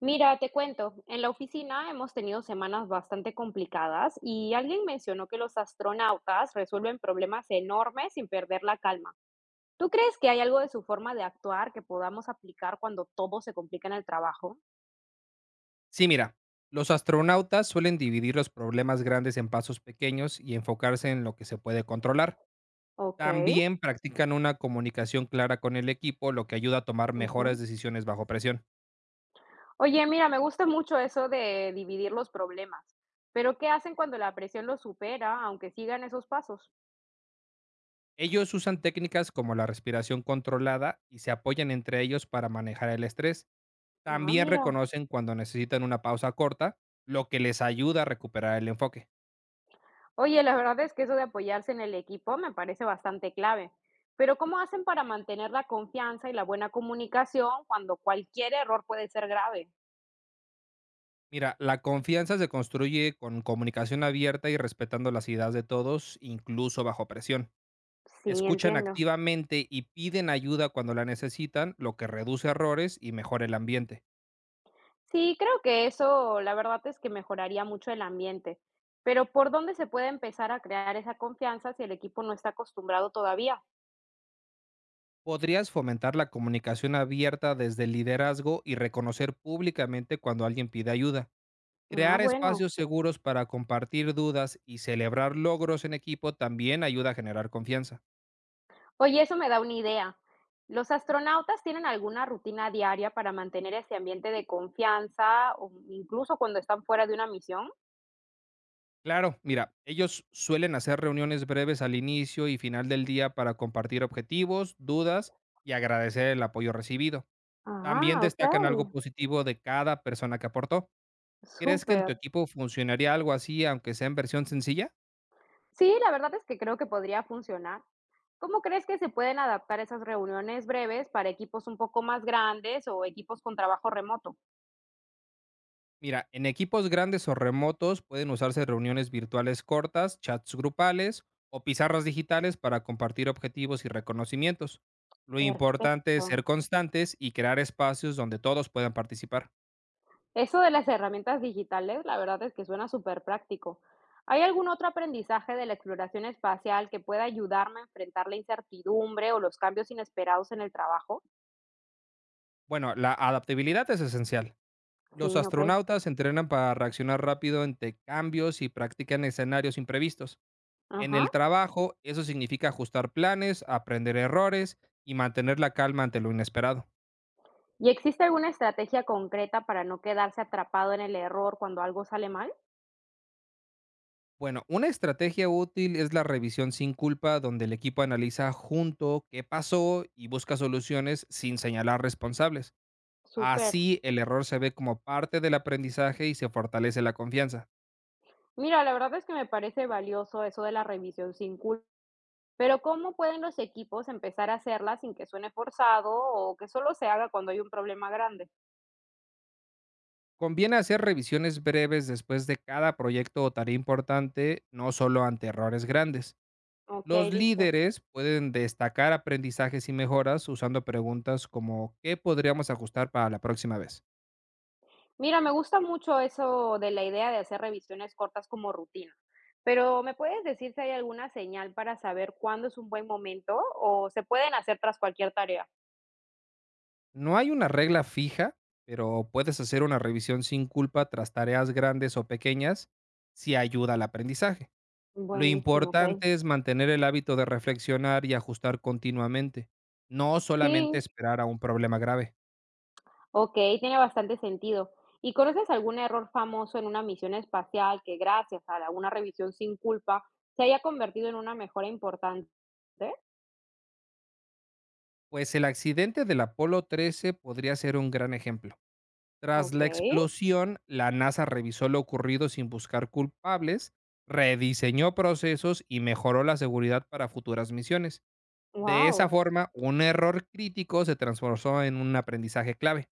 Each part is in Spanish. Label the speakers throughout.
Speaker 1: Mira, te cuento, en la oficina hemos tenido semanas bastante complicadas y alguien mencionó que los astronautas resuelven problemas enormes sin perder la calma. ¿Tú crees que hay algo de su forma de actuar que podamos aplicar cuando todo se complica en el trabajo?
Speaker 2: Sí, mira, los astronautas suelen dividir los problemas grandes en pasos pequeños y enfocarse en lo que se puede controlar.
Speaker 1: Ok.
Speaker 2: También practican una comunicación clara con el equipo, lo que ayuda a tomar
Speaker 1: Ujú.
Speaker 2: mejores decisiones bajo presión.
Speaker 1: Oye, mira, me gusta mucho eso de dividir los problemas, pero ¿qué hacen cuando la presión los supera, aunque sigan esos pasos?
Speaker 2: Ellos usan técnicas como la respiración controlada y se apoyan entre ellos para manejar el estrés.
Speaker 1: Ah,
Speaker 2: También
Speaker 1: mira.
Speaker 2: reconocen cuando necesitan una pausa corta, lo que les ayuda a recuperar el enfoque.
Speaker 1: Oye, la verdad es que eso de apoyarse en el equipo me parece bastante clave. Pero ¿cómo hacen para mantener la confianza y la buena comunicación cuando cualquier error puede ser grave?
Speaker 2: Mira, la confianza se construye con comunicación abierta y respetando las ideas de todos, incluso bajo presión.
Speaker 1: Sí,
Speaker 2: Escuchan
Speaker 1: entiendo.
Speaker 2: activamente y piden ayuda cuando la necesitan, lo que reduce errores y mejora el ambiente.
Speaker 1: Sí, creo que eso, la verdad es que mejoraría mucho el ambiente. Pero ¿por dónde se puede empezar a crear esa confianza si el equipo no está acostumbrado todavía?
Speaker 2: Podrías fomentar la comunicación abierta desde el liderazgo y reconocer públicamente cuando alguien pide ayuda.
Speaker 1: Ah,
Speaker 2: Crear
Speaker 1: bueno.
Speaker 2: espacios seguros para compartir dudas y celebrar logros en equipo también ayuda a generar confianza.
Speaker 1: Oye, eso me da una idea. ¿Los astronautas tienen alguna rutina diaria para mantener ese ambiente de confianza, o incluso cuando están fuera de una misión?
Speaker 2: Claro, mira, ellos suelen hacer reuniones breves al inicio y final del día para compartir objetivos, dudas y agradecer el apoyo recibido. También
Speaker 1: Ah,
Speaker 2: destacan algo
Speaker 1: okey,
Speaker 2: positivo de cada persona que aportó. ¿Crees que en
Speaker 1: súper.
Speaker 2: tu equipo funcionaría algo así, aunque sea en versión sencilla?
Speaker 1: Sí, la verdad es que creo que podría funcionar. ¿Cómo crees que se pueden adaptar esas reuniones breves para equipos un poco más grandes o equipos con trabajo remoto?
Speaker 2: Mira, en equipos grandes o remotos pueden usarse reuniones virtuales cortas, chats grupales o pizarras digitales para compartir objetivos y reconocimientos. Lo
Speaker 1: Perfecto.
Speaker 2: importante es ser constantes y crear espacios donde todos puedan participar.
Speaker 1: Eso de las herramientas digitales, la verdad es que suena súper práctico. ¿Hay algún otro aprendizaje de la exploración espacial que pueda ayudarme a enfrentar la incertidumbre o los cambios inesperados en el trabajo?
Speaker 2: Bueno, la adaptabilidad es esencial.
Speaker 1: Sí,
Speaker 2: Los
Speaker 1: okey.
Speaker 2: astronautas entrenan para reaccionar rápido ante cambios y practican escenarios imprevistos. En
Speaker 1: Ajá.
Speaker 2: el trabajo, eso significa ajustar planes, aprender errores y mantener la calma ante lo inesperado.
Speaker 1: ¿Y existe alguna estrategia concreta para no quedarse atrapado en el error cuando algo sale mal?
Speaker 2: Bueno, una estrategia útil es la revisión sin culpa, donde el equipo analiza junto qué pasó y busca soluciones sin señalar responsables.
Speaker 1: Súper.
Speaker 2: Así, el error se ve como parte del aprendizaje y se fortalece la confianza.
Speaker 1: Mira, la verdad es que me parece valioso eso de la revisión sin culpa, pero ¿cómo pueden los equipos empezar a hacerla sin que suene forzado o que solo se haga cuando hay un problema grande?
Speaker 2: Conviene hacer revisiones breves después de cada proyecto o tarea importante, no solo ante errores grandes.
Speaker 1: Ok,
Speaker 2: Los
Speaker 1: listo.
Speaker 2: líderes pueden destacar aprendizajes y mejoras usando preguntas como ¿qué podríamos ajustar para la próxima vez?
Speaker 1: Mira, me gusta mucho eso de la idea de hacer revisiones cortas como rutina, pero ¿me puedes decir si hay alguna señal para saber cuándo es un buen momento o se pueden hacer tras cualquier tarea?
Speaker 2: No hay una regla fija, pero puedes hacer una revisión sin culpa tras tareas grandes o pequeñas si ayuda al aprendizaje. Lo
Speaker 1: Buenísimo, ok.
Speaker 2: importante es mantener el hábito de reflexionar y ajustar continuamente, no solamente
Speaker 1: Sí,
Speaker 2: esperar a un problema grave.
Speaker 1: okey, tiene bastante sentido. ¿Y conoces algún error famoso en una misión espacial que, gracias a la una revisión sin culpa, se haya convertido en una mejora importante?
Speaker 2: Pues el accidente del Apolo 13 podría ser un gran ejemplo. Tras la
Speaker 1: Okey,
Speaker 2: explosión, la NASA revisó lo ocurrido sin buscar culpables, rediseñó procesos y mejoró la seguridad para futuras misiones. De esa
Speaker 1: wow.
Speaker 2: forma, un error crítico se transformó en un aprendizaje clave.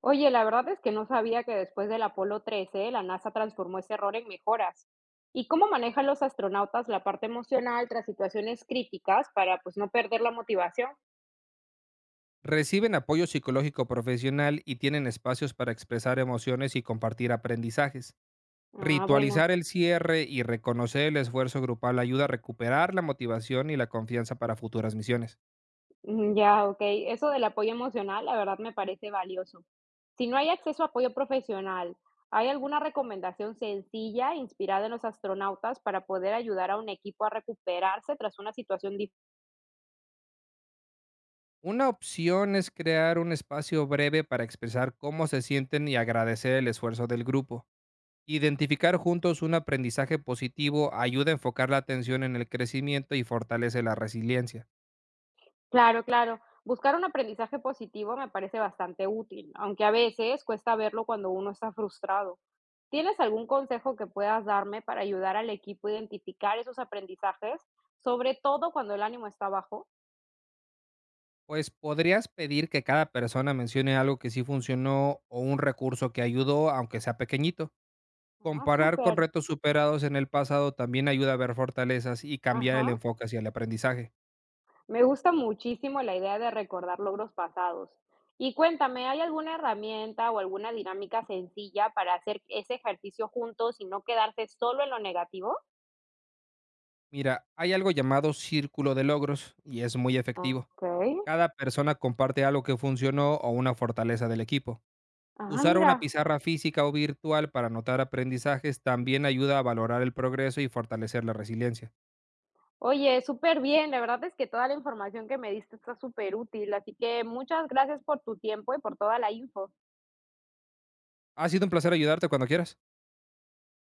Speaker 1: Oye, la verdad es que no sabía que después del Apolo 13 la NASA transformó ese error en mejoras. ¿Y cómo manejan los astronautas la parte emocional tras situaciones críticas para, pues, no perder la motivación?
Speaker 2: Reciben apoyo psicológico profesional y tienen espacios para expresar emociones y compartir aprendizajes.
Speaker 1: Ah, bueno.
Speaker 2: Ritualizar el cierre y reconocer el esfuerzo grupal ayuda a recuperar la motivación y la confianza para futuras misiones.
Speaker 1: Ujú, ya, okey. Eso del apoyo emocional, la verdad me parece valioso. Si no hay acceso a apoyo profesional, ¿hay alguna recomendación sencilla inspirada en los astronautas para poder ayudar a un equipo a recuperarse tras una situación difícil?
Speaker 2: Una opción es crear un espacio breve para expresar cómo se sienten y agradecer el esfuerzo del grupo. Identificar juntos un aprendizaje positivo ayuda a enfocar la atención en el crecimiento y fortalece la resiliencia.
Speaker 1: Claro, claro. Buscar un aprendizaje positivo me parece bastante útil, aunque a veces cuesta verlo cuando uno está frustrado. ¿Tienes algún consejo que puedas darme para ayudar al equipo a identificar esos aprendizajes, sobre todo cuando el ánimo está bajo?
Speaker 2: Pues podrías pedir que cada persona mencione algo que sí funcionó o un recurso que ayudó, aunque sea pequeñito.
Speaker 1: Ah,
Speaker 2: Comparar con
Speaker 1: súper.
Speaker 2: retos superados en el pasado también ayuda a ver fortalezas y cambiar
Speaker 1: Ajá.
Speaker 2: el enfoque hacia el aprendizaje.
Speaker 1: Me gusta muchísimo la idea de recordar logros pasados. Y cuéntame, ¿hay alguna herramienta o alguna dinámica sencilla para hacer ese ejercicio juntos y no quedarse solo en lo negativo?
Speaker 2: Mira, hay algo llamado círculo de logros y es muy efectivo.
Speaker 1: Ok.
Speaker 2: Cada persona comparte algo que funcionó o una fortaleza del equipo.
Speaker 1: Ah,
Speaker 2: Usar
Speaker 1: mira.
Speaker 2: una pizarra física o virtual para anotar aprendizajes también ayuda a valorar el progreso y fortalecer la resiliencia.
Speaker 1: Oye, súper bien. La verdad es que toda la información que me diste está súper útil. Así que muchas gracias por tu tiempo y por toda la info.
Speaker 2: Ha sido un placer ayudarte cuando quieras.